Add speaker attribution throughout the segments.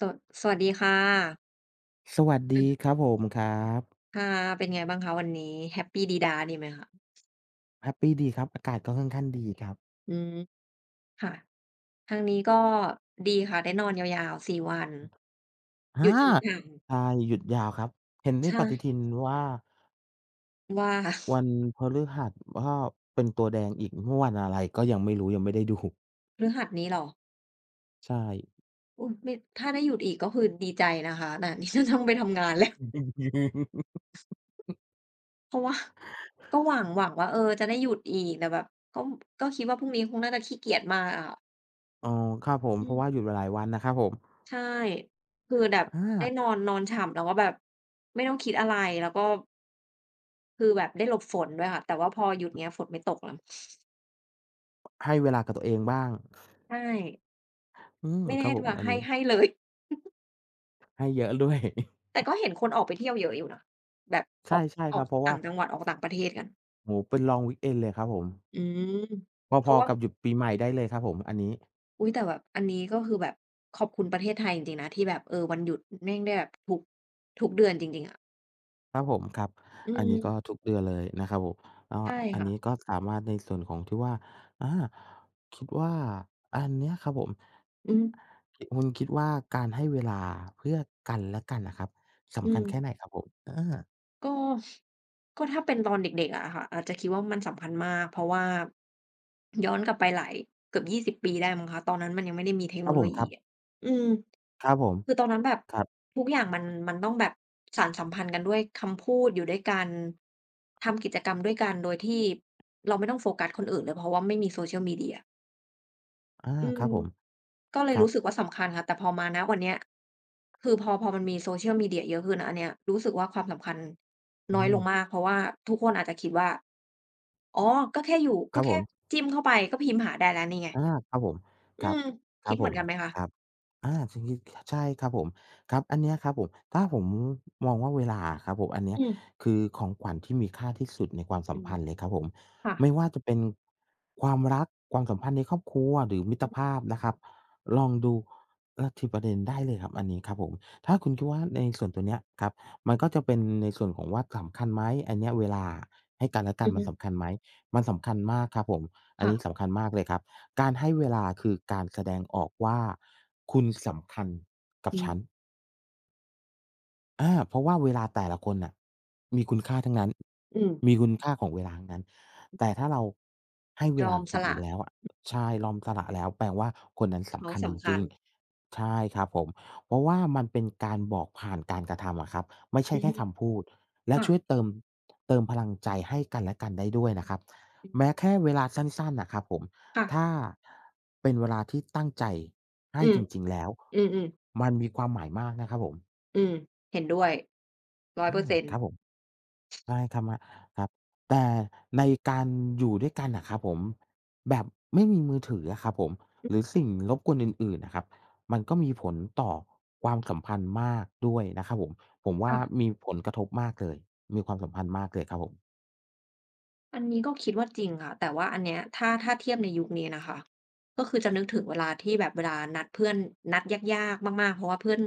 Speaker 1: สวสวัสดีค่ะ
Speaker 2: สวัส
Speaker 1: ค่ะ
Speaker 2: ดีครับผมครับ
Speaker 1: ค่ะเป็นไงบ้างคะวันนี้แฮปปี้ดีดาดีไหมคะ
Speaker 2: แฮปปีดีครับอากาศก็ค่อนข้างดีครับ
Speaker 1: อืมค่ะทางนี้ก็ดีค่ะ ได้นอนยาวๆสี่วันห
Speaker 2: อา
Speaker 1: ยุดฉ่ำๆ
Speaker 2: ใช่หยุดยาวครับเห็นใน
Speaker 1: ใช่
Speaker 2: ปฏิทินว่า
Speaker 1: ว่า
Speaker 2: วันพฤหัสก็เป็นตัวแดงอีกว่าวันอะไรก็ยังไม่รู้ยังไม่ได้ดู
Speaker 1: พฤหัสนี้เหรอ
Speaker 2: ใช่
Speaker 1: อุ๊ยไม่ถ้าได้หยุดอีกก็คือดีใจนะคะแต่ นี่จะต้องไปทำงานแล้ว เพราะว่าก็หวังว่าเออจะได้หยุดอีกแต่แบบก็ก็คิดว่าพรุ่งนี้คงน่าจะขี้เกียจมากอะค่ะ
Speaker 2: อ๋อครับผม
Speaker 1: อื
Speaker 2: เพ
Speaker 1: ม
Speaker 2: ราะว่าหยุดมาหลายวันนะครับผม
Speaker 1: ใช่คือแบบ
Speaker 2: อ
Speaker 1: ได้นอ
Speaker 2: า
Speaker 1: นนอนฉ่ำแล้วก็แบบไม่ต้องคิดอะไรแล้วก็ คือแบบได้หลบฝนด้วยค่ะแต่ว่าพอหยุดเงี้ยฝนไม่ตกแล้ว
Speaker 2: ให้เวลากับตัวเองบ้าง
Speaker 1: ใช่
Speaker 2: อืม
Speaker 1: ไม่ได้
Speaker 2: ครับ
Speaker 1: ให้
Speaker 2: ผ
Speaker 1: ด้วย
Speaker 2: มอัน
Speaker 1: ให้
Speaker 2: นี้
Speaker 1: ให้เลย
Speaker 2: ให้เยอะด้วย
Speaker 1: แต่ก็เห็นคนออกไปเที่ยวเยอะอยู่นะแบบอ
Speaker 2: ใช่
Speaker 1: อก
Speaker 2: ใช่
Speaker 1: อ
Speaker 2: ค
Speaker 1: อ
Speaker 2: รั
Speaker 1: ก
Speaker 2: บเพราะ
Speaker 1: ต่า
Speaker 2: ว่า
Speaker 1: งจังหวัดออกต่างประเทศกัน
Speaker 2: โอ้โฮเป็น long weekend เลยครับผม
Speaker 1: อืมเพ
Speaker 2: พอ
Speaker 1: ราะว่า
Speaker 2: ๆกับหยุดปีใหม่ได้เลยครับผมอันนี้
Speaker 1: อุ๊ยแต่แบบอันนี้ก็คือแบบขอบคุณประเทศไทยจริงๆนะที่แบบเออวันหยุดแม่งได้แบบทุกเดือนจริงๆอะ
Speaker 2: ครับผมครับ
Speaker 1: อื
Speaker 2: อันนี้ก็
Speaker 1: ม
Speaker 2: ทุกเดือนเลยนะครับผมก็
Speaker 1: ใช่
Speaker 2: อัน
Speaker 1: ค่ะ
Speaker 2: นี้ก็สามารถในส่วนของที่ว่าอาคิดว่าอันเนี้ยครับผม
Speaker 1: อืม
Speaker 2: คุณคิดว่าการให้เวลาเพื่อกันและกันน่ะครับ
Speaker 1: อื
Speaker 2: สำคั
Speaker 1: ม
Speaker 2: ญแค่ไหนครับผม
Speaker 1: ก็ก็ถ้าเป็นตอนเด็กๆอะค่ะอาจจะคิดว่ามันสำคัญมากเพราะว่าย้อนกลับไปหลายเกือบ20ปีได้มั้งคะตอนนั้นมันยังไม่ได้มีเทค
Speaker 2: ค
Speaker 1: โน
Speaker 2: รับผ
Speaker 1: โล
Speaker 2: มค
Speaker 1: ยี
Speaker 2: รับ
Speaker 1: อะอืม
Speaker 2: ครับผม
Speaker 1: คือตอนนั้นแบบ
Speaker 2: ครับ
Speaker 1: ทุกอย่างมันต้องแบบสานสัมพันธ์กันด้วยคำพูดอยู่ด้วยกันทำกิจกรรมด้วยกันโดยที่เราไม่ต้องโฟกัสคนอื่นเลยเพราะว่าไม่มี social media
Speaker 2: อา
Speaker 1: อื
Speaker 2: ค
Speaker 1: ม
Speaker 2: รับผม
Speaker 1: ก็เล
Speaker 2: ค
Speaker 1: ย
Speaker 2: รับ
Speaker 1: รู้สึกว่าสำคัญค่ะแต่พอมาณวันเนี้ยคือพอมันมี Social Media เยอะขึ้นอะอันเนี้ยรู้สึกว่าความสำคัญ
Speaker 2: อื
Speaker 1: น้อยล
Speaker 2: ม
Speaker 1: งมากเพราะว่าทุกคนอาจจะคิดว่าอ๋อก็แค่อยู่
Speaker 2: ค
Speaker 1: ก็
Speaker 2: รับผ
Speaker 1: แค่
Speaker 2: ม
Speaker 1: จิ้มเข้าไปก็พิมพ์หาได้แล้วนี่ไง
Speaker 2: อาครับผม
Speaker 1: อื
Speaker 2: ครับ
Speaker 1: ม
Speaker 2: ครั
Speaker 1: คิด
Speaker 2: บ
Speaker 1: เห
Speaker 2: ผ
Speaker 1: มือน
Speaker 2: ม
Speaker 1: กันไหมคะ
Speaker 2: ครับอาทีนี้ใช่ครับผมครับอันเนี้ยครับผมถ้าผมมองว่าเวลาอะครับผมอันเนี้ย
Speaker 1: อืม
Speaker 2: คือของขวัญที่มีค่าที่สุดในความสั
Speaker 1: อื
Speaker 2: ม
Speaker 1: ม
Speaker 2: พันธ์เลยครับผม
Speaker 1: ค่ะ
Speaker 2: ไม่ว่าจะเป็นความรักความสัมพันธ์ในครอบครัวหรือมิต
Speaker 1: อื
Speaker 2: ร
Speaker 1: ม
Speaker 2: ภาพนะครับลองดูลัทิประเด็นได้เลยครับอันนี้ครับผมถ้าคุณคิดว่าในส่วนตัวเนี้ยครับมันก็จะเป็นในส่วนของว่าสำคัญไหมอันเนี้ยเวลาให้กันและกั
Speaker 1: อื
Speaker 2: น
Speaker 1: อ
Speaker 2: มั
Speaker 1: ฮึ
Speaker 2: นสำคัญไหมมันสำคัญมากครับผมอันนี้
Speaker 1: ค่ะ
Speaker 2: สำคัญมากเลยครับ การให้เวลาคือการแสดงออกว่าคุณสำคัญกับ
Speaker 1: อืม
Speaker 2: ฉัน เพราะว่าเวลาแต่ละคนน่ะมีคุณค่าทั้งนั้น
Speaker 1: อืม
Speaker 2: มีคุณค่าของเวลาทั้งนั้นแต่ถ้าเราให้เว
Speaker 1: ยอ
Speaker 2: ลา
Speaker 1: ม
Speaker 2: กับ
Speaker 1: ส
Speaker 2: คน
Speaker 1: ละ
Speaker 2: อื่นแล้วอะใช่ยอมสละแล้วแปลว่าคนนั้น
Speaker 1: เขา
Speaker 2: สำคัญจ
Speaker 1: สำคั
Speaker 2: ริ
Speaker 1: ญ
Speaker 2: งๆใช่ครับผมเพราะว่ามันเป็นการบอกผ่านการกระทำอะครับไม่ใช่
Speaker 1: อือ
Speaker 2: แค่
Speaker 1: ฮึ
Speaker 2: คำพูดและ
Speaker 1: ค่ะ
Speaker 2: ช่วยเติมเติมพลังใจให้กันและกันได้ด้วยนะครับ
Speaker 1: อื
Speaker 2: แม้
Speaker 1: ม
Speaker 2: แค่เวลาสั้นๆน่ะครับผม
Speaker 1: ค่ะ
Speaker 2: ถ้าเป็นเวลาที่ตั้งใจให้
Speaker 1: อื
Speaker 2: จ
Speaker 1: ม
Speaker 2: ริงๆแล้ว
Speaker 1: อือๆ
Speaker 2: มันมีความหมายมากนะครับผม
Speaker 1: อืมเห็นด้วย100%อย
Speaker 2: อา
Speaker 1: เปอร์เซ็น
Speaker 2: ค
Speaker 1: ต์
Speaker 2: รับผม ใช่ครับมครับแต่ในการอยู่ด้วยกันอะครับผมแบบไม่มีมือถืออะครับผม
Speaker 1: อื
Speaker 2: หรือ
Speaker 1: ม
Speaker 2: สิ่งรบกวนอื่นๆน่ะครับมันก็มีผลต่อความสัมพันธ์มากด้วยนะครับผมผมว่า
Speaker 1: ค่ะ
Speaker 2: มีผลกระทบมากเลยมีความสัมพันธ์มากเลยครับผม
Speaker 1: อันนี้ก็คิดว่าจริงค่ะแต่ว่าอันเนี้ยถ้าเทียบในยุคนี้นะคะก็คือจะนึกถึงเวลาที่แบบเวลานัดเพื่อนนัดยากๆมากๆเพราะว่าเพื่อน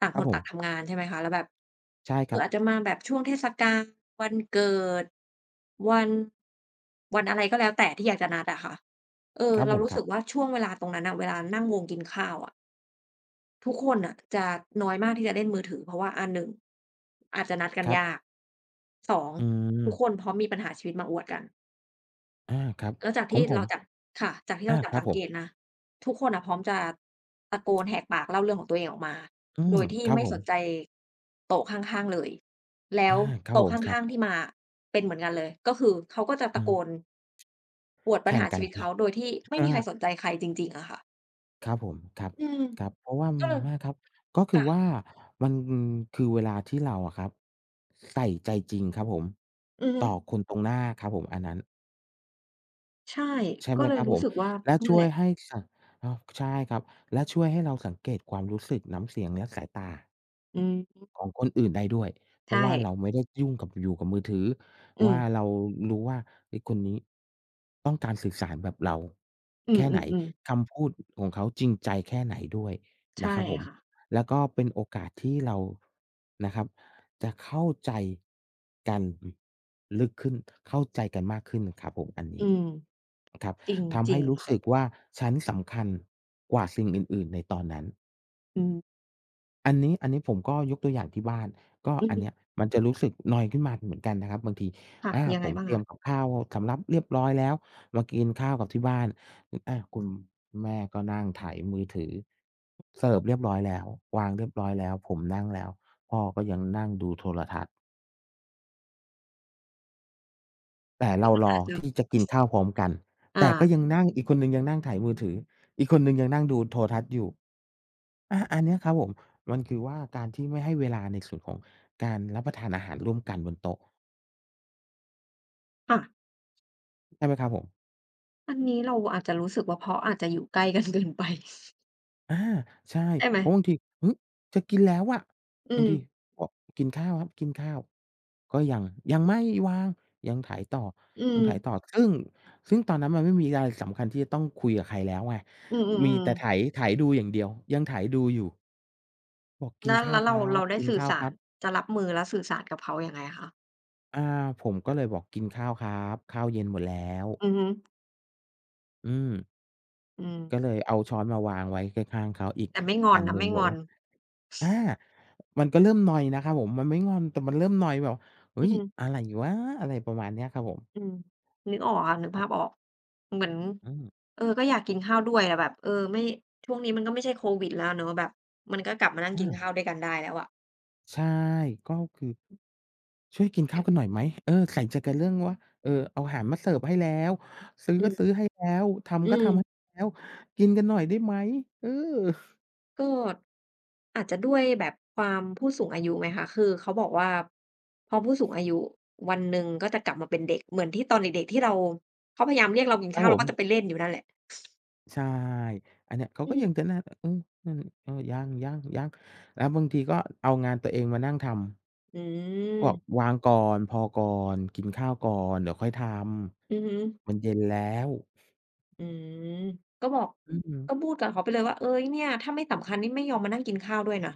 Speaker 1: ต่าง
Speaker 2: ค
Speaker 1: ค
Speaker 2: รับ
Speaker 1: น
Speaker 2: ผ
Speaker 1: ต่างทำ
Speaker 2: ม
Speaker 1: งานใช่ไหมคะแล้วแบบ
Speaker 2: ใช่
Speaker 1: เอ
Speaker 2: ค
Speaker 1: อ
Speaker 2: รับ
Speaker 1: อาจจะมาแบบช่วงเทศกาลวันเกิดวันวันอะไรก็แล้วแต่ที่อยากจะนัดอะค่ะเออ
Speaker 2: ครับ
Speaker 1: เรา
Speaker 2: ผม
Speaker 1: รู้
Speaker 2: ครั
Speaker 1: สึกว่า
Speaker 2: บ
Speaker 1: ช่วงเวลาตรงนั้นน่ะเวลานั่งวงกินข้าวอะทุกคนน่ะจะน้อยมากที่จะเล่นมือถือเพราะว่าอาหนึ่งอาจจะนัดกัน
Speaker 2: ครั
Speaker 1: ยาก
Speaker 2: บ
Speaker 1: สอง
Speaker 2: อื
Speaker 1: ทุกคน
Speaker 2: ม
Speaker 1: พร้อมมีปัญหาชีวิตมาอวดกัน
Speaker 2: ครับ
Speaker 1: แล้วจาก
Speaker 2: ขอ
Speaker 1: ที่
Speaker 2: งผ
Speaker 1: เรา
Speaker 2: ม
Speaker 1: จับค่ะจากที่เราจับ
Speaker 2: ครับ
Speaker 1: สัง
Speaker 2: ผ
Speaker 1: เก
Speaker 2: ม
Speaker 1: ตนะทุกคนอ่ะพร้อมจะตะโกนแหกปากเล่าเรื่องของตัวเองออกมา
Speaker 2: อื
Speaker 1: โด
Speaker 2: ม
Speaker 1: ยที่
Speaker 2: ครับ
Speaker 1: ไม่
Speaker 2: ผ
Speaker 1: ส
Speaker 2: ม
Speaker 1: นใจโต๊ะข้างๆเลยแล้ว
Speaker 2: อาครับผ
Speaker 1: โต๊ะ
Speaker 2: มครั
Speaker 1: ข้างๆที่
Speaker 2: บ
Speaker 1: มาอะเป็นเหมือนกันเลยก็คือเขาก็จะ
Speaker 2: อื
Speaker 1: ตะโกน
Speaker 2: ม
Speaker 1: อวดปัญ
Speaker 2: แข่ง
Speaker 1: หา
Speaker 2: กั
Speaker 1: ชี
Speaker 2: น
Speaker 1: วิต
Speaker 2: เหร
Speaker 1: เขา
Speaker 2: อ
Speaker 1: โดยที่ไม่
Speaker 2: อา
Speaker 1: มีใครสนใจใครจริงๆอะค่ะ
Speaker 2: ครับผมครับ
Speaker 1: อืม
Speaker 2: ครับเพราะว่า
Speaker 1: ก็เลย
Speaker 2: มครับก็คือว่า
Speaker 1: ค่ะ
Speaker 2: มันคือเวลาที่เราอะครับใส่ใจจริงครับผม
Speaker 1: อือฮึ
Speaker 2: ต่อคนตรงหน้าครับผมอันนั้น
Speaker 1: ใช่
Speaker 2: ใช่
Speaker 1: ก็
Speaker 2: ไหม
Speaker 1: เล
Speaker 2: ค
Speaker 1: ย
Speaker 2: รับผ
Speaker 1: รู้
Speaker 2: ม
Speaker 1: สึกว่า
Speaker 2: และ
Speaker 1: นั่น
Speaker 2: ช่
Speaker 1: แห
Speaker 2: วย
Speaker 1: ละ
Speaker 2: ให้สอ้าวใช่ครับและช่วยให้เราสังเกตความรู้สึกน้ำเสียงและสายตา
Speaker 1: อืม
Speaker 2: ของคนอื่นได้ด้วยเพ
Speaker 1: ใช่
Speaker 2: ราะว่าเราไม่ได้ยุ่งกับอยู่กับมือถือ
Speaker 1: อืม
Speaker 2: ว่าเรารู้ว่าเฮ้ยคนนี้ต้องการสื่อสารแบบเรา
Speaker 1: อื
Speaker 2: แค่ไหน
Speaker 1: อๆๆ
Speaker 2: คำพูดของเขาจริงใจแค่ไหนด้วยนะ
Speaker 1: ใช่
Speaker 2: ครับผม
Speaker 1: ค่ะ
Speaker 2: แล้วก็เป็นโอกาสที่เรานะครับจะเข้าใจกันลึกขึ้นเข้าใจกันมากขึ้นครับผมอันนี้
Speaker 1: อืม
Speaker 2: ครับ
Speaker 1: จริงจ
Speaker 2: ทำ
Speaker 1: ริ
Speaker 2: ให้
Speaker 1: ง
Speaker 2: รู้
Speaker 1: ค่ะ
Speaker 2: สึกว่าฉันสำคัญกว่าสิ่งอื่นๆในตอนนั้น
Speaker 1: อืม
Speaker 2: อันนี้อันนี้ผมก็ยกตัวอย่างที่บ้านก็
Speaker 1: อือ
Speaker 2: อัน
Speaker 1: ฮึ
Speaker 2: เนี้ยมันจะรู้สึกนอยขึ้นมาเหมือนกันนะครับบางที
Speaker 1: ค่ะยัง
Speaker 2: ผ
Speaker 1: ไง
Speaker 2: ม
Speaker 1: บ้าง
Speaker 2: เตรี
Speaker 1: คะ
Speaker 2: ยมกับข้าวสำรับเรียบร้อยแล้วมากินข้าวกับที่บ้านออาคุณแม่ก็นั่งไถมือถือเสิร์ฟเรียบร้อยแล้ววางเรียบร้อยแล้วผมนั่งแล้วพ่อก็ยังนั่งดูโทรทัศน์แต่
Speaker 1: นี้
Speaker 2: เรา
Speaker 1: มัน
Speaker 2: รอ
Speaker 1: อาจจะ
Speaker 2: ที่จะกินข้าวพร้อมกัน
Speaker 1: อา
Speaker 2: แต่ก็ยังนั่งอีกคนหนึ่งยังนั่งไถมือถืออีกคนหนึ่งยังนั่งดูโทรทัศน์อยู่ อันเนี้ยครับผมมันคือว่าการที่ไม่ให้เวลาในส่วนของการรับประทานอาหารร่วมกันบนโต๊ะ
Speaker 1: ค่ะ
Speaker 2: ใช่ไหมครับผม
Speaker 1: อันนี้เราอาจจะรู้สึกว่าเพราะอาจจะอยู่ใกล้กันเกินไป
Speaker 2: อาใช่
Speaker 1: ใช่ไหม
Speaker 2: เพราะบางทีเฮ้ยจะกินแล้วอะ
Speaker 1: อื
Speaker 2: บาง
Speaker 1: ม
Speaker 2: ทีบอกกินข้าวครับกินข้าวก็ยังยังไม่วางยังไถต่อ
Speaker 1: อื
Speaker 2: ยัง
Speaker 1: ม
Speaker 2: ไถต่อซึ่งซึ่งตอนนั้นมันไม่มีอะไรสำคัญที่จะต้องคุยกับใครแล้วไง
Speaker 1: อื
Speaker 2: มี
Speaker 1: ม
Speaker 2: แต่ไถ
Speaker 1: ๆ
Speaker 2: ไถดูอย่างเดียวยังไถดูอยู่บอก
Speaker 1: ๆ
Speaker 2: กิน
Speaker 1: แล้ว
Speaker 2: ข้า
Speaker 1: แล้
Speaker 2: ว
Speaker 1: ว
Speaker 2: ค
Speaker 1: เรา
Speaker 2: รั
Speaker 1: เรา
Speaker 2: บ
Speaker 1: ได้
Speaker 2: กิน
Speaker 1: สื่อ
Speaker 2: ข้าวค
Speaker 1: สา
Speaker 2: รั
Speaker 1: ร
Speaker 2: บ
Speaker 1: จะรับมือและสื่อสารกับเขายังไงคะ
Speaker 2: อาผมก็เลยบอกกินข้าวครับข้าวเย็นหมดแล้ว
Speaker 1: อือฮึ
Speaker 2: อืม
Speaker 1: อืม
Speaker 2: ก็เลยเอาช้อนมาวางไว้ข้างๆเขาอีก
Speaker 1: แต่ไม่งอน
Speaker 2: อันห
Speaker 1: นะ
Speaker 2: นึ่ง
Speaker 1: ไม่
Speaker 2: บ
Speaker 1: ง
Speaker 2: อก
Speaker 1: อน
Speaker 2: ว่าอามันก็เริ่มนอยน์นะครับผมมันไม่งอนแต่มันเริ่มนอยน์แบบเฮ้ย
Speaker 1: อื
Speaker 2: อะ
Speaker 1: ม
Speaker 2: ไรวะอะไรประมาณเนี้ยครับผม
Speaker 1: อืมนึกออกค่ะนึก
Speaker 2: ครั
Speaker 1: ภาพอ
Speaker 2: บ
Speaker 1: อกเหมือน
Speaker 2: อืม
Speaker 1: เออก็อยากกินข้าวด้วยแต่แบบเออไม่ช่วงนี้มันก็ไม่ใช่โควิดแล้วเนาะแบบมันก็กลับมานั่งกิน
Speaker 2: อา
Speaker 1: ข้าวด้วยกันได้แล้วอะ
Speaker 2: ใช่ก็คือช่วยกิน
Speaker 1: เอ
Speaker 2: ข้าวกัน
Speaker 1: อ
Speaker 2: หน่อยไหมเออใส่ใจกันเรื่องว่าเออเอาอาหารมาเสิร์ฟให้แล้วซื้อ
Speaker 1: อื
Speaker 2: ก็ซื้
Speaker 1: ม
Speaker 2: อให้แล้ว
Speaker 1: อื
Speaker 2: ทำก็
Speaker 1: ม
Speaker 2: ทำให้แล้วกินกันหน่อยได้ไหมเออ
Speaker 1: ก็อาจจะด้วยแบบความผู้สูงอายุไหมคะ คือเขาบอกว่าพอผู้สูงอายุวันหนึ่งก็จะกลับมาเป็นเด็กเหมือนที่ตอนเด็กๆที่เราเขาพยายามเรียกเรากิน
Speaker 2: ครับ
Speaker 1: ข้าว
Speaker 2: ผ
Speaker 1: เราก็จะไป
Speaker 2: ม
Speaker 1: เล่นอยู่นั่นแหละ
Speaker 2: ใช่อันเนี้ยเขา
Speaker 1: อื
Speaker 2: ก็ยัง
Speaker 1: ม
Speaker 2: จะนั่นเออนั่นเออยังๆๆแล้วบางทีก็เอางานตัวเองมานั่งทำ
Speaker 1: อื
Speaker 2: บอก
Speaker 1: ม
Speaker 2: วางก่อนพอก่อนกินข้าวก่อนเดี๋ยวค่อยท
Speaker 1: อือฮึ
Speaker 2: ำมันเย็นแล้ว
Speaker 1: อืมก็บอก
Speaker 2: อื
Speaker 1: ก็พู
Speaker 2: ม
Speaker 1: ดกับเขาไปเลยว่าเอ๊ยเนี่ยถ้าไม่สำคัญนี่ไม่ยอมมานั่งกินข้าวด้วยนะ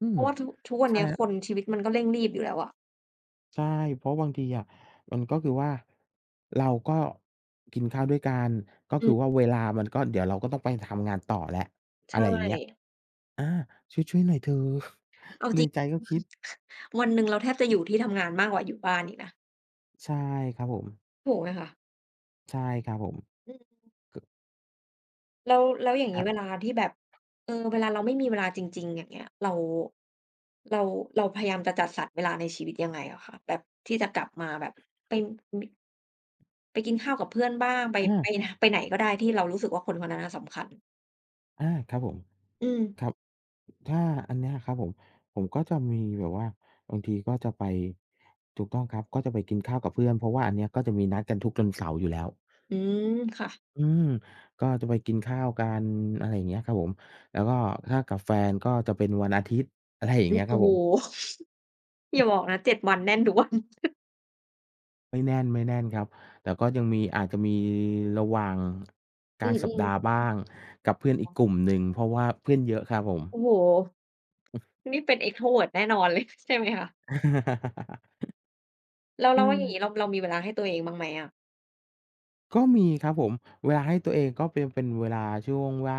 Speaker 2: อื
Speaker 1: เพ
Speaker 2: ม
Speaker 1: ราะว่าทุกวัน
Speaker 2: ใช่
Speaker 1: เนี้ยคนชีวิตมันก็เร่งรีบอยู่แล้วอะ
Speaker 2: ใช่เพราะบางทีอะมันก็คือว่าเราก็กินข้าวด้วยกันก็คื
Speaker 1: อื
Speaker 2: อ
Speaker 1: ม
Speaker 2: ว่าเวลามันก็เดี๋ยวเราก็ต้องไปทำงานต่อแล้วอะ
Speaker 1: ใช่
Speaker 2: ไรอย่างเงี้ยอาช่วยๆหน่อยเถอะ
Speaker 1: เอา จ
Speaker 2: ใน
Speaker 1: ริง
Speaker 2: ใจก็คิด
Speaker 1: วันหนึ่งเราแทบจะอยู่ที่ทำงานมากกว่าอยู่บ้านอีกนะ
Speaker 2: ใช่ครับผม
Speaker 1: ถูกไหมคะ
Speaker 2: ใช่ครับผม
Speaker 1: อืม
Speaker 2: ก
Speaker 1: แล้วอย่าง
Speaker 2: ค
Speaker 1: งี้
Speaker 2: รับ
Speaker 1: เวลาที่แบบเออเวลาเราไม่มีเวลาจริงๆอย่างเงี้ยเราเราพยายามจะจัดสรรเวลาในชีวิตยังไงอะคะแบบที่จะกลับมาแบบไปมิไปกินข้าวกับเพื่อนบ้างไป
Speaker 2: อา
Speaker 1: ไปไปไหนก็ได้ที่เรารู้สึกว่าคนคนนั้นน่ะสำคัญ
Speaker 2: อาครับผม
Speaker 1: อืม
Speaker 2: ครับถ้าอันเนี้ยครับผมผมก็จะมีแบบว่าบางทีก็จะไปถูกต้องครับก็จะไปกินข้าวกับเพื่อนเพราะว่าอันเนี้ยก็จะมีนัดกันทุกวันเสาร์อยู่แล้ว
Speaker 1: อืมค่ะ
Speaker 2: อืมก็จะไปกินข้าวกันอะไรอย่างเงี้ยครับผมแล้วก็ถ้ากับแฟนก็จะเป็นวันอาทิตย์ อะไรอย่าง
Speaker 1: อื
Speaker 2: เงี้
Speaker 1: อ
Speaker 2: ยครั
Speaker 1: โอ้
Speaker 2: บ
Speaker 1: โฮ
Speaker 2: ผม
Speaker 1: อย่าบอกนะเจ็ดวันแน่นทุกวัน
Speaker 2: ไม่แน่นครับแต่ก็ยังมีอาจจะมีระหว่าง ก
Speaker 1: อื
Speaker 2: ลางสัป
Speaker 1: ม
Speaker 2: ดาห์บ้างกับเพื่อน
Speaker 1: ๆ
Speaker 2: อี
Speaker 1: อ๋
Speaker 2: กก
Speaker 1: อ
Speaker 2: ลุ่มหนึ่งเพราะว่าเพื่อนเยอะครับผม
Speaker 1: โอ้โฮนี่เป็น Extrovert แน่นอนเลย ใช่ไหมคะ แล้วแล้
Speaker 2: อื
Speaker 1: ว
Speaker 2: ม
Speaker 1: อย่างงี้เรามีเวลาให้ตัวเองบ้างไหมอะ
Speaker 2: ก็มีครับผมเวลาให้ตัวเองก็เป็นเวลาช่วงว่า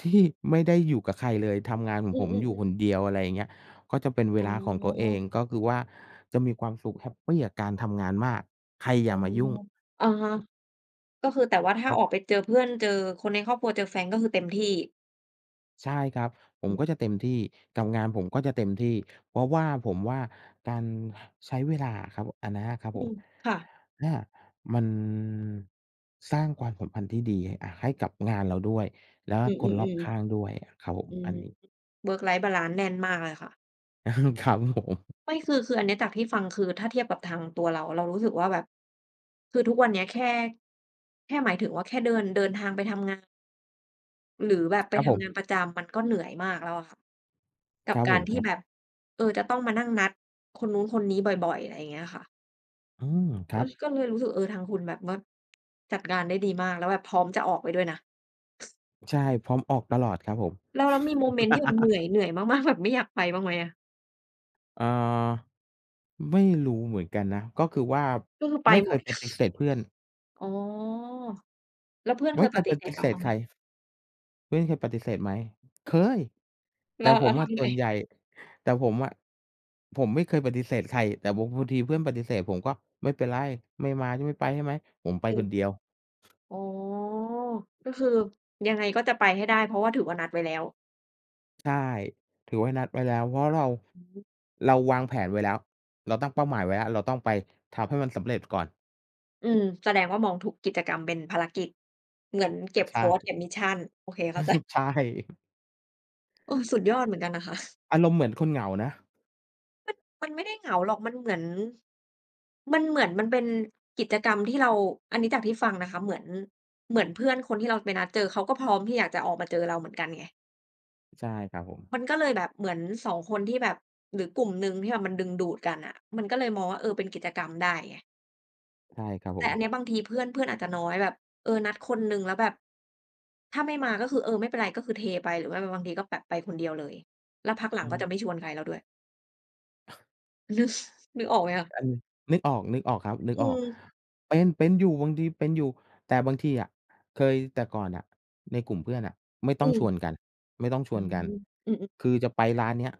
Speaker 2: ที่ไม่ได้อยู่กับใครเลยทำงานของ
Speaker 1: อื
Speaker 2: ผ
Speaker 1: อ
Speaker 2: มอยู่ค
Speaker 1: ๆ
Speaker 2: น
Speaker 1: ๆ
Speaker 2: เดียวอะไรอย่างเงี้ยก็จะเป็นเว
Speaker 1: อ๋อ
Speaker 2: ลาของตัวเองก็คือว่าจะมีความสุขแฮปปีกับการทำงานมากใครอ
Speaker 1: อ๋อ
Speaker 2: ย่ามายุ่ง
Speaker 1: อะฮะ ก็คือแต่ว่า
Speaker 2: ค
Speaker 1: ถ้า
Speaker 2: รั
Speaker 1: ออกไป
Speaker 2: บ
Speaker 1: เจอเพื่อนเจอคนในครอบครัวเจอแฟนก็คือเต็มที่
Speaker 2: ใช่ครับผ
Speaker 1: อื
Speaker 2: มก็
Speaker 1: ม
Speaker 2: จะเต็มที่กับงานผมก็จะเต็มที่เพราะว่าผมว่าการใช้เวลาอะครับอันนั้นอะครับ
Speaker 1: อื
Speaker 2: ผม
Speaker 1: มค่ะ
Speaker 2: อามันสร้างความสัมพันธ์ที่ดีอะให้กับงานเราด้วยแล้วก็
Speaker 1: อื
Speaker 2: คนรอบ
Speaker 1: ม
Speaker 2: ข้าง
Speaker 1: ๆ
Speaker 2: ด้วยอะครับผ
Speaker 1: ๆ
Speaker 2: ม
Speaker 1: อื
Speaker 2: อั
Speaker 1: ม
Speaker 2: นนี้
Speaker 1: work life balance แน่นมากเลยค่ะ
Speaker 2: ครับผม
Speaker 1: ไม่คืออันเนี้ยจากที่ฟังคือถ้าเทียบกับทางตัวเรารู้สึกว่าแบบคือทุกวันเนี้ยแค่หมายถึงว่าแค่เดินเดินทางไปทำงานหรือแบบไป
Speaker 2: ครับผ
Speaker 1: ทำงานป
Speaker 2: ม
Speaker 1: ระจำมันก็เหนื่อยมากแล้วอะค่ะ
Speaker 2: ค
Speaker 1: กับ
Speaker 2: รับผ
Speaker 1: การ
Speaker 2: มค
Speaker 1: ที่
Speaker 2: รับ
Speaker 1: แบบเออจะต้องมานั่งนัดคนนู้นคนนี้บ่อยๆอะไรอย่างเงี้ยค่ะ
Speaker 2: อืมค
Speaker 1: ก็
Speaker 2: รับ
Speaker 1: ก็เลยรู้สึกเออทางคุณแบบว่าจัดการได้ดีมากแล้วแบบพร้อมจะออกไปด้วยนะ
Speaker 2: ใช่พร้อมออกตลอดครับผม
Speaker 1: แล้วมีโมเมนต์ที่แบบเหนื่อยมากๆแบบไม่อยากไปบ้างไหมอะ
Speaker 2: เอ่อไม่รู้เหมือนกันนะก็คือว่า
Speaker 1: ก็คือไป
Speaker 2: ไม่
Speaker 1: หม
Speaker 2: เค
Speaker 1: ด
Speaker 2: ยปฏิเสธเพื่อน
Speaker 1: อ๋อแล้วเพื่อนเค
Speaker 2: ไม่
Speaker 1: ย
Speaker 2: เค
Speaker 1: ป
Speaker 2: ยป
Speaker 1: ฏิเสธ
Speaker 2: ฏิเส
Speaker 1: เรา
Speaker 2: ธ
Speaker 1: บ้างไห
Speaker 2: ใค
Speaker 1: ม
Speaker 2: ร เพื่อนเคยปฏิเสธไหมเคย
Speaker 1: แล้
Speaker 2: แต่
Speaker 1: ว
Speaker 2: ผ
Speaker 1: แล้ว
Speaker 2: มอะ
Speaker 1: ทำไง
Speaker 2: ส่วนใหญ่แต่ผมอะผมไม่เคยปฏิเสธใคร แต่บางทีเพื่อนปฏิเสธผมก็ไม่เป็นไรไม่มาใช่ไม่ไปใช่ไหมผมไปคนเดี
Speaker 1: เออ
Speaker 2: ยว
Speaker 1: อ๋อก็คือยังไงก็จะไปให้ได้เพราะว่าถือว่านัดไว้แล้ว
Speaker 2: ใช่ถือว่านัดไว้แล้วเพราะเรา
Speaker 1: อืม
Speaker 2: เราวางแผนไว้แล้วเราตั้งเป้าหมายไว้แล้วเราต้องไปทำให้มันสำเร็จก่อน
Speaker 1: อืมแสดงว่ามองทุกกิจกรรมเป็นภารกิจเหมือนเก็บโค้ดเก็
Speaker 2: ใช่
Speaker 1: บมิชชันโอเคเข้าใจ
Speaker 2: ใช่
Speaker 1: เออสุดยอดเหมือนกันนะคะ
Speaker 2: อารมณ์เหมือนคนเหงานะ
Speaker 1: มันไม่ได้เหงาหรอกมันเหมือนมันเป็นกิจกรรมที่เราอันนี้จากที่ฟังนะคะเหมือนเพื่อนคนที่เราไปนัดเจอเขาก็พร้อมที่อยากจะออกมาเจอเราเหมือนกันไง
Speaker 2: ใช่ครับผม
Speaker 1: มันก็เลยแบบเหมือนสองคนที่แบบหรือกลุ่มหนึ่งที่แบบมันดึงดูดกันน่ะมันก็เลยมองว่าเออเป็นกิจกรรมได้ไง
Speaker 2: ใช่ครับผ
Speaker 1: แต่
Speaker 2: ม
Speaker 1: อันเนี้ยบางทีเพื่อนเพื่อนอาจจะน้อยแบบเออนัดคนหนึ่งแล้วแบบถ้าไม่มาก็คือเออไม่เป็นไรก็คือเทไปหรือว่าบางทีก็แบบไปคนเดียวเลยแล้วพักหลัง
Speaker 2: อื
Speaker 1: ก็
Speaker 2: ม
Speaker 1: จะไม่ชวนใครแล้วด้วย นึกนึกออกไหมคะ
Speaker 2: อันนึกออกนึกออกครับนึก
Speaker 1: อื
Speaker 2: ออก
Speaker 1: ม
Speaker 2: เป็นเป็นอยู่บางทีเป็นอยู่แต่บางทีอะเคยแต่ก่อนน่ะในกลุ่มเพื่อนน่ะไม่ต้อ
Speaker 1: อื
Speaker 2: ง
Speaker 1: ม
Speaker 2: ชวนกันไม่ต้องชว
Speaker 1: อื
Speaker 2: น
Speaker 1: ม
Speaker 2: กัน
Speaker 1: อือๆ
Speaker 2: คือจะไปร้านเนี้ย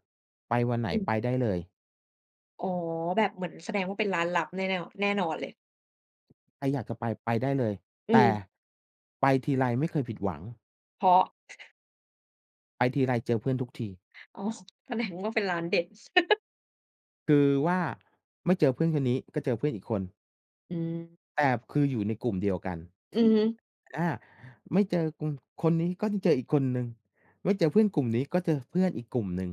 Speaker 2: ไปวันไหน
Speaker 1: อืม
Speaker 2: ไปได้เลย
Speaker 1: อ๋อแบบเหมือนแสดงว่าเป็นร้านลับแน่ๆแน่นอนเลย
Speaker 2: ใครอยากจะไปไปได้เลย
Speaker 1: อื
Speaker 2: แต่
Speaker 1: ม
Speaker 2: ไปทีไรไม่เคยผิดหวัง
Speaker 1: เพราะ
Speaker 2: ไปทีไรเจอเพื่อนทุกที
Speaker 1: อ๋อแสดงว่าเป็นร้านเด็ด
Speaker 2: คือว่าไม่เจอเพื่อนคนนี้ก็เจอเพื่อนอีกคน
Speaker 1: อืม
Speaker 2: แต่คืออยู่ในกลุ่มเดียวกัน
Speaker 1: อือฮึ
Speaker 2: อาไม่เจอกลุ่มคนนี้ก็จะเจออีกคนหนึ่งไม่เจอเพื่อนกลุ่มนี้ก็เจอเพื่อนอีกกลุ่มหนึ่ง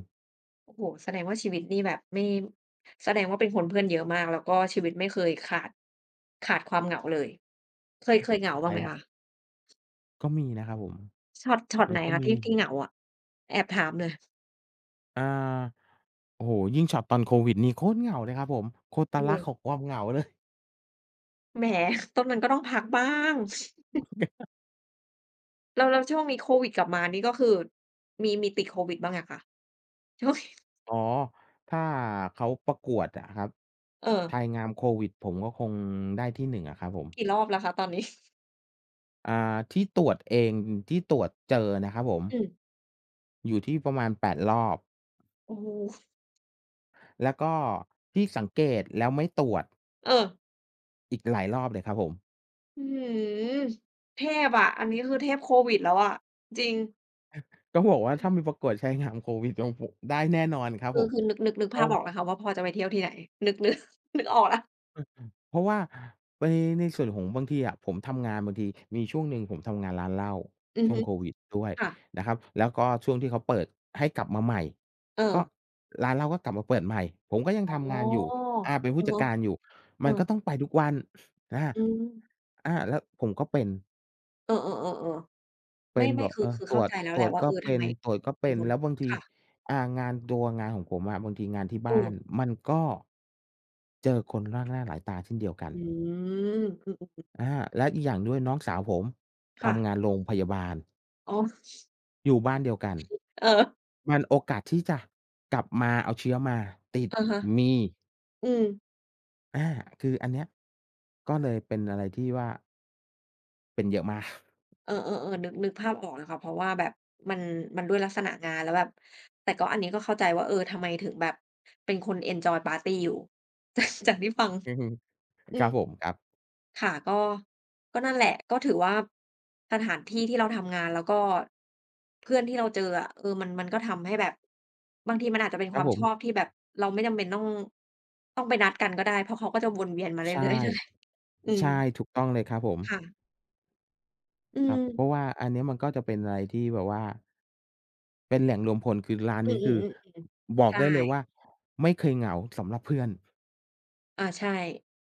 Speaker 1: โอ้โฮแสดงว่าชีวิตนี่แบบไม่แสดงว่าเป็นคนเพื่อนเยอะมากแล้วก็ชีวิตไม่เคยขาดความเหงาเลยเคยเหงาบ้า
Speaker 2: ใช่
Speaker 1: งไหม
Speaker 2: ครับ
Speaker 1: คะ
Speaker 2: ก็มีนะครับผม
Speaker 1: ช็อต
Speaker 2: มั
Speaker 1: ไห
Speaker 2: น
Speaker 1: น
Speaker 2: ก็
Speaker 1: คะ
Speaker 2: มี
Speaker 1: ที่เหงาอะแอบถามเลย
Speaker 2: อาโอ้โฮยิ่งช็อตตอนโควิดนี่โคตรเหงาเลยครับผมโคตร
Speaker 1: โอ้โฮ
Speaker 2: ลักของความเหงาเลย
Speaker 1: แหมตอนนั้นก็ต้องพักบ้างแล้วช่วงนี้โควิดกลับมานี่ก็คือมีติดโควิดบ้างยังคะช่วง
Speaker 2: อ๋อถ้าเขาประกวดอะครับ
Speaker 1: เออ
Speaker 2: ชายงามโควิดผมก็คงได้ที่หนึ่งอะครับผม
Speaker 1: กี่รอบแล้วคะตอนนี้
Speaker 2: อ่าที่ตรวจเองที่ตรวจเจอนะครับผม
Speaker 1: อืม
Speaker 2: อยู่ที่ประมาณแปดรอบ
Speaker 1: โอ้โฮ
Speaker 2: แล้วก็ที่สังเกตแล้วไม่ตรวจ
Speaker 1: เออ
Speaker 2: อีกหลายรอบเลยครับผม
Speaker 1: อื้อฮือเทพอะ อันนี้คือเทพโควิดแล้วอะจริง
Speaker 2: ต้องบอกว่าถ้ามีประกวดชายงามโควิดของผมได้แน่นอนครับ
Speaker 1: คื
Speaker 2: ผ
Speaker 1: อ
Speaker 2: ม
Speaker 1: คือนึก
Speaker 2: เพ
Speaker 1: ภา
Speaker 2: ราะ
Speaker 1: พออกแล้วค่ะว่าพ่อจะไปเที่ยวที่ไหนนึก นึกออกแล้ว
Speaker 2: อืเพราะว่าในในส่วนของบางทีอะผมทำงานบางทีมีช่วงหนึ่งผมทำงานร้านเหล้า
Speaker 1: อือ
Speaker 2: ช่ว
Speaker 1: ฮึ
Speaker 2: งโควิดด้วย
Speaker 1: ค่ะ
Speaker 2: นะครับแล้วก็ช่วงที่เขาเปิดให้กลับมาใหม่
Speaker 1: เออ
Speaker 2: ก็ร้านเหล้าก็กลับมาเปิดใหม่ผมก็ยัง
Speaker 1: อ๋
Speaker 2: ทำ
Speaker 1: อ
Speaker 2: งานอยู่เป็นผู้
Speaker 1: อะ
Speaker 2: จัด
Speaker 1: ฮะ
Speaker 2: การอยู่
Speaker 1: เออ
Speaker 2: มันก็ต้องไปทุกวันอา
Speaker 1: อืม
Speaker 2: อาแล้วผมก็เป็น
Speaker 1: เออๆๆๆ
Speaker 2: เป็
Speaker 1: ไม่
Speaker 2: นแบ
Speaker 1: ไม่
Speaker 2: บ
Speaker 1: คือ
Speaker 2: เออ
Speaker 1: คือ
Speaker 2: ตร
Speaker 1: เข้า
Speaker 2: วจ
Speaker 1: ใจแล้ว
Speaker 2: ต
Speaker 1: แห
Speaker 2: รว
Speaker 1: ละ
Speaker 2: จ
Speaker 1: ว่า
Speaker 2: ก็
Speaker 1: เออทำ
Speaker 2: เป็
Speaker 1: ไม
Speaker 2: นตรวจก็
Speaker 1: เป็
Speaker 2: เป็
Speaker 1: น
Speaker 2: น
Speaker 1: คน
Speaker 2: แล้วบางที
Speaker 1: ค่ะ
Speaker 2: อ่างานตัวงานของผมอะบางทีงานที่
Speaker 1: เอ
Speaker 2: บ้าน
Speaker 1: อ
Speaker 2: มันก็เจอคนมากหน้าหลายตาเช่นเดียวกัน
Speaker 1: อืมอือ
Speaker 2: อาและอีกอย่างด้วยน้องสาวผม
Speaker 1: ๆค่ะ
Speaker 2: ทำงานโรงพยาบาล
Speaker 1: อ๋อ
Speaker 2: อยู่บ้านเดียวกัน
Speaker 1: เออ
Speaker 2: มันโอกาสที่จะกลับมาเอาเชื้อมาติด
Speaker 1: อะฮะ
Speaker 2: มี
Speaker 1: อืม
Speaker 2: อาคืออันเนี้ยก็เลยเป็นอะไรที่ว่าเป็นเยอะมาก
Speaker 1: เออเออเออนึกภาพออกเลยค่ะเพราะว่าแบบมันมันด้วยลักษณะงานแล้วแบบแต่ก็อันนี้ก็เข้าใจว่าเออทำไมถึงแบบเป็นคนเอนจอยปาร์ตีอยู่ จากที่ฟัง
Speaker 2: อือฮึ
Speaker 1: อื
Speaker 2: ครับผม
Speaker 1: ม
Speaker 2: ครับ
Speaker 1: ค่ะก็นั่นแหละก็ถือว่าสถานที่ที่เราทำงานแล้วก็เพื่อนที่เราเจออะเออมันก็ทำให้แบบบางทีมันอาจจะเป็น
Speaker 2: ค
Speaker 1: ค
Speaker 2: รับ
Speaker 1: วาม
Speaker 2: ผ
Speaker 1: ชอบ
Speaker 2: ม
Speaker 1: ที่แบบเราไม่จำเป็นต้องไปนัดกันก็ได้เพราะเขาก็จะวนเวียนมา
Speaker 2: ใช่
Speaker 1: เรื่อยๆนั่นแหละอืม
Speaker 2: ใช่ถูกต้องเลยครับผม
Speaker 1: ค่ะอื
Speaker 2: ค
Speaker 1: ม
Speaker 2: รับเพราะว่าอันเนี้ยมันก็จะเป็นอะไรที่แบบว่าเป็นแหล่งรวมพลคือร้าน
Speaker 1: อื
Speaker 2: นี้คือ
Speaker 1: อๆ
Speaker 2: บ
Speaker 1: ๆ
Speaker 2: อก
Speaker 1: ใช่
Speaker 2: ได้เลยว่าไม่เคยเหงาสำหรับเพื่อน
Speaker 1: อาใช่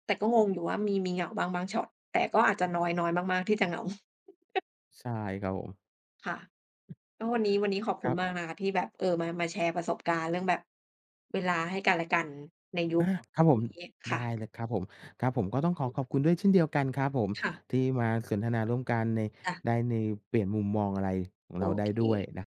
Speaker 1: แต่ก็งงอยู่ว่ามีเหงาบ้างบางช็อตแต่ก็อาจจะน้อยน้อยมากๆที่จะเหงา
Speaker 2: ใช่ครับผม
Speaker 1: ค่ะก็วันนี้ขอบ
Speaker 2: ค
Speaker 1: คุณ
Speaker 2: รั
Speaker 1: มาก
Speaker 2: บ
Speaker 1: นะคะที่แบบเออมาแชร์ประสบการณ์เรื่องแบบเวลาให้กันและกันในยุค
Speaker 2: อาครับผ
Speaker 1: น
Speaker 2: ม
Speaker 1: ี้
Speaker 2: ได้เล
Speaker 1: ค่ะ
Speaker 2: ยครับผมครับผมก็ต้องขอบคุณด้วยเช่นเดียวกันครับผม
Speaker 1: ค่ะ
Speaker 2: ที่มาสนทนาร่วมกันใน
Speaker 1: จ้ะ
Speaker 2: ได้ในเปลี่ยนมุมมองอะไรของ
Speaker 1: โอ
Speaker 2: เราได้
Speaker 1: เค
Speaker 2: ด้วยนะ